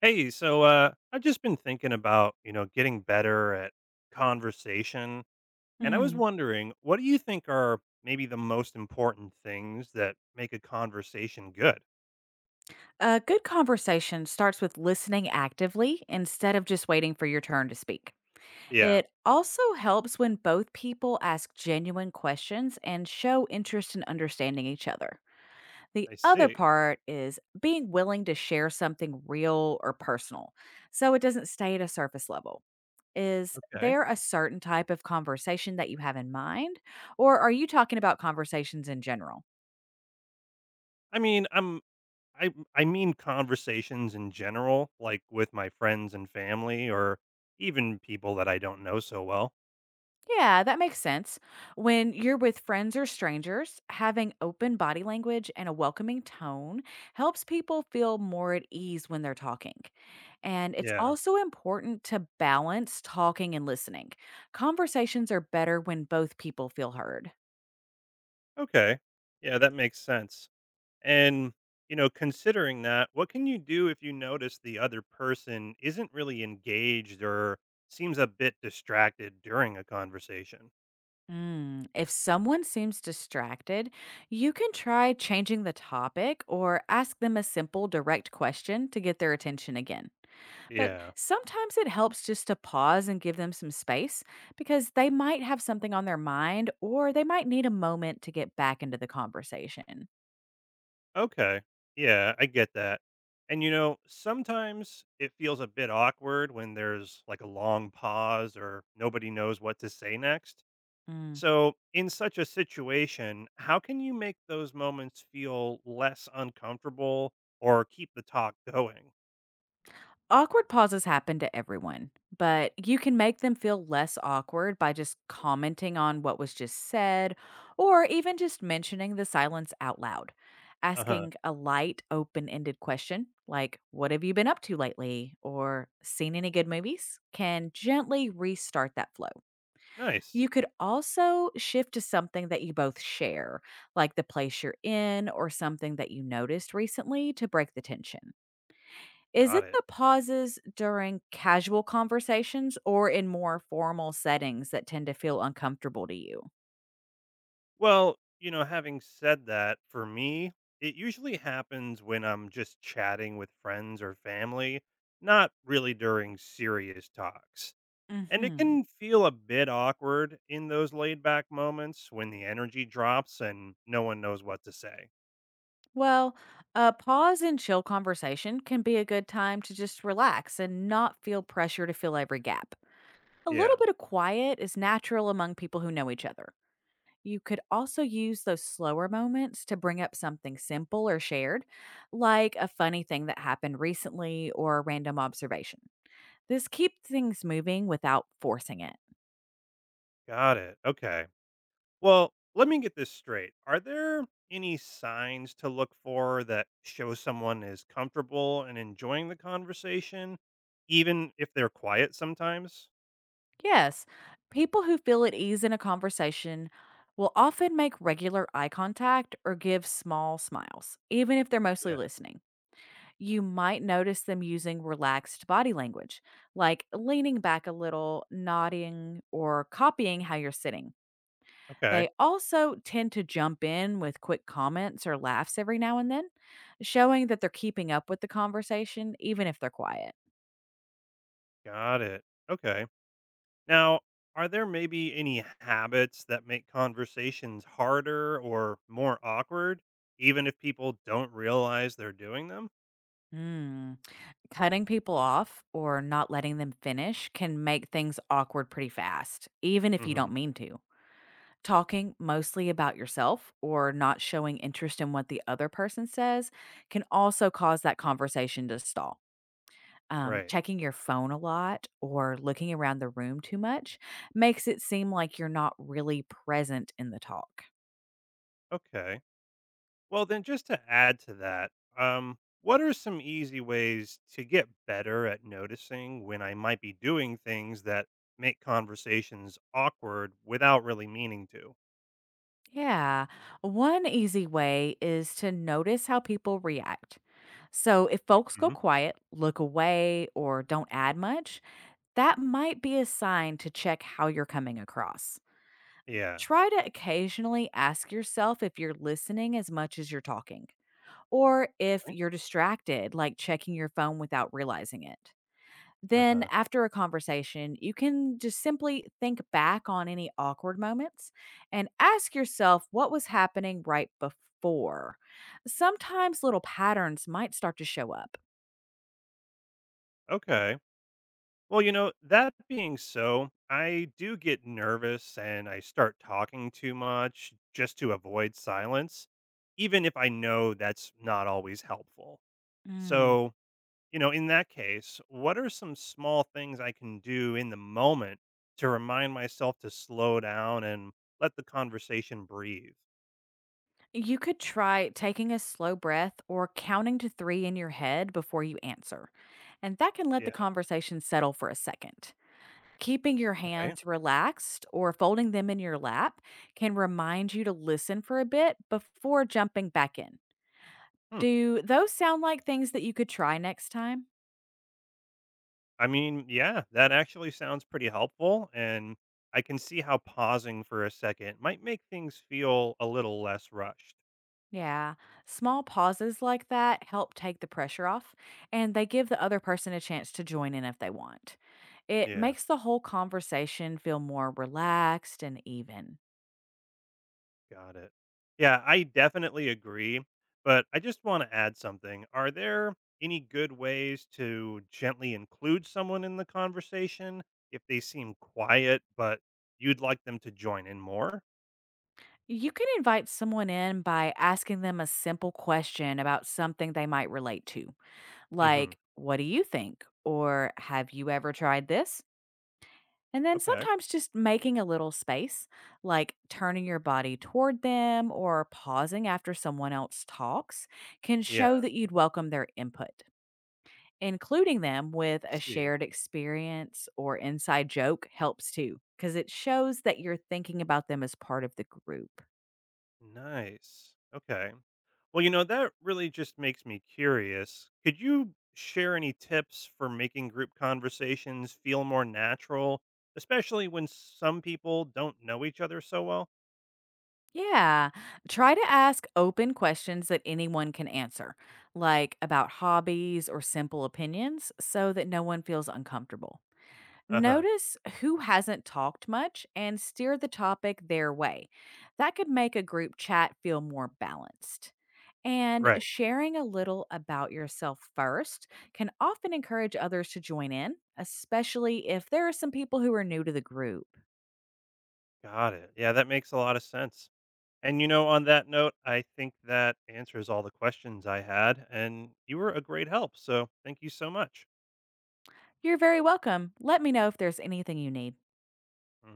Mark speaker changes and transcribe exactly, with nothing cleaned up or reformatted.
Speaker 1: Hey, so uh, I've just been thinking about, you know, getting better at conversation. And I was
Speaker 2: Mm.
Speaker 1: wondering, what do you think are maybe the most important things that make a conversation good?
Speaker 2: A good conversation starts with listening actively instead of just waiting for your turn to speak.
Speaker 1: Yeah.
Speaker 2: It also helps when both people ask genuine questions and show interest in understanding each other. The
Speaker 1: I
Speaker 2: other
Speaker 1: see.
Speaker 2: part is being willing to share something real or personal so it doesn't stay at a surface level. Is
Speaker 1: Okay.
Speaker 2: there a certain type of conversation that you have in mind, or are you talking about conversations in general?
Speaker 1: I mean, I'm I I mean conversations in general, like with my friends and family or even people that I don't know so well.
Speaker 2: Yeah, that makes sense. When you're with friends or strangers, having open body language and a welcoming tone helps people feel more at ease when they're talking. And it's
Speaker 1: Yeah.
Speaker 2: also important to balance talking and listening. Conversations are better when both people feel heard.
Speaker 1: Okay. Yeah, that makes sense. And, you know, considering that, what can you do if you notice the other person isn't really engaged or seems a bit distracted during a conversation?
Speaker 2: Mm, If someone seems distracted, you can try changing the topic or ask them a simple, direct question to get their attention again. But
Speaker 1: Yeah.
Speaker 2: sometimes it helps just to pause and give them some space because they might have something on their mind or they might need a moment to get back into the conversation.
Speaker 1: Okay. Yeah, I get that. And, you know, sometimes it feels a bit awkward when there's like a long pause or nobody knows what to say next.
Speaker 2: Mm.
Speaker 1: So, in such a situation, how can you make those moments feel less uncomfortable or keep the talk going?
Speaker 2: Awkward pauses happen to everyone, but you can make them feel less awkward by just commenting on what was just said or even just mentioning the silence out loud.
Speaker 1: Uh huh.
Speaker 2: Asking a light, open ended question like, "What have you been up to lately?" or "Seen any good movies?" can gently restart that flow. You
Speaker 1: Nice.
Speaker 2: could also shift to something that you both share, like the place you're in or something that you noticed recently to break the tension. Is
Speaker 1: Got
Speaker 2: it
Speaker 1: it.
Speaker 2: the pauses during casual conversations or in more formal settings that tend to feel uncomfortable to you?
Speaker 1: Well, you know, having said that, for me, it usually happens when I'm just chatting with friends or family, not really during serious talks. And it
Speaker 2: Hmm.
Speaker 1: can feel a bit awkward in those laid back moments when the energy drops and no one knows what to say.
Speaker 2: Well, a pause and chill conversation can be a good time to just relax and not feel pressure to fill every gap. A little
Speaker 1: Yeah,
Speaker 2: bit of quiet is natural among people who know each other. You could also use those slower moments to bring up something simple or shared, like a funny thing that happened recently or a random observation. This keeps things moving without forcing it.
Speaker 1: got it. Okay. Well, let me get this straight. Are there any signs to look for that show someone is comfortable and enjoying the conversation, even if they're quiet sometimes?
Speaker 2: Yes, people who feel at ease in a conversation will often make regular eye contact or give small smiles, even if they're mostly
Speaker 1: Yeah.
Speaker 2: listening. You might notice them using relaxed body language, like leaning back a little, nodding, or copying how you're sitting.
Speaker 1: Okay.
Speaker 2: They also tend to jump in with quick comments or laughs every now and then, showing that they're keeping up with the conversation, even if they're quiet.
Speaker 1: Got it. Okay. Now, are there maybe any habits that make conversations harder or more awkward, even if people don't realize they're doing them?
Speaker 2: Mm. Cutting people off or not letting them finish can make things awkward pretty fast, even if you
Speaker 1: Hmm.
Speaker 2: don't mean to. Talking mostly about yourself or not showing interest in what the other person says can also cause that conversation to stall. Um,
Speaker 1: Right.
Speaker 2: checking your phone a lot or looking around the room too much makes it seem like you're not really present in the talk.
Speaker 1: Okay. Well, then, just to add to that, um, what are some easy ways to get better at noticing when I might be doing things that make conversations awkward without really meaning to?
Speaker 2: Yeah, one easy way is to notice how people react. So, if folks go
Speaker 1: Hmm.
Speaker 2: quiet, look away, or don't add much, that might be a sign to check how you're coming across.
Speaker 1: Yeah.
Speaker 2: Try to occasionally ask yourself if you're listening as much as you're talking, or if you're distracted, like checking your phone without realizing it.
Speaker 1: Uh
Speaker 2: Then,
Speaker 1: huh.
Speaker 2: after a conversation, you can just simply think back on any awkward moments and ask yourself what was happening right before. Sometimes little patterns might start to show up.
Speaker 1: Okay. Well, you know, that being so, I do get nervous and I start talking too much just to avoid silence, even if I know that's not always helpful.
Speaker 2: Mm.
Speaker 1: So, you know, in that case, what are some small things I can do in the moment to remind myself to slow down and let the conversation breathe?
Speaker 2: You could try taking a slow breath or counting to three in your head before you answer, and that can let the
Speaker 1: Yeah.
Speaker 2: conversation settle for a second. Keeping your
Speaker 1: Okay.
Speaker 2: hands relaxed or folding them in your lap can remind you to listen for a bit before jumping back in.
Speaker 1: Hmm.
Speaker 2: Do those sound like things that you could try next time?
Speaker 1: I mean, yeah, that actually sounds pretty helpful. And I can see how pausing for a second might make things feel a little less rushed.
Speaker 2: Yeah, small pauses like that help take the pressure off, and they give the other person a chance to join in if they want. It
Speaker 1: Yeah.
Speaker 2: makes the whole conversation feel more relaxed and even.
Speaker 1: Got it. Yeah, I definitely agree. But I just want to add something. Are there any good ways to gently include someone in the conversation if they seem quiet, but you'd like them to join in more?
Speaker 2: You can invite someone in by asking them a simple question about something they might relate to,
Speaker 1: Hmm.
Speaker 2: like, "What do you think?" or "Have you ever tried this?" And then
Speaker 1: Okay.
Speaker 2: sometimes just making a little space, like turning your body toward them or pausing after someone else talks, can
Speaker 1: Yeah.
Speaker 2: show that you'd welcome their input. Including them with
Speaker 1: I
Speaker 2: a
Speaker 1: see.
Speaker 2: shared experience or inside joke helps too, because it shows that you're thinking about them as part of the group.
Speaker 1: Nice. Okay. Well, you know, that really just makes me curious. Could you share any tips for making group conversations feel more natural, especially when some people don't know each other so well?
Speaker 2: Yeah. Try to ask open questions that anyone can answer, like about hobbies or simple opinions, so that no one feels uncomfortable.
Speaker 1: Uh-huh.
Speaker 2: Notice who hasn't talked much and steer the topic their way. That could make a group chat feel more balanced. And
Speaker 1: Right.
Speaker 2: sharing a little about yourself first can often encourage others to join in, especially if there are some people who are new to the group.
Speaker 1: Got it. Yeah, that makes a lot of sense. And you know, on that note, I think that answers all the questions I had, and you were a great help. So thank you so much.
Speaker 2: You're very welcome. Let me know if there's anything you need.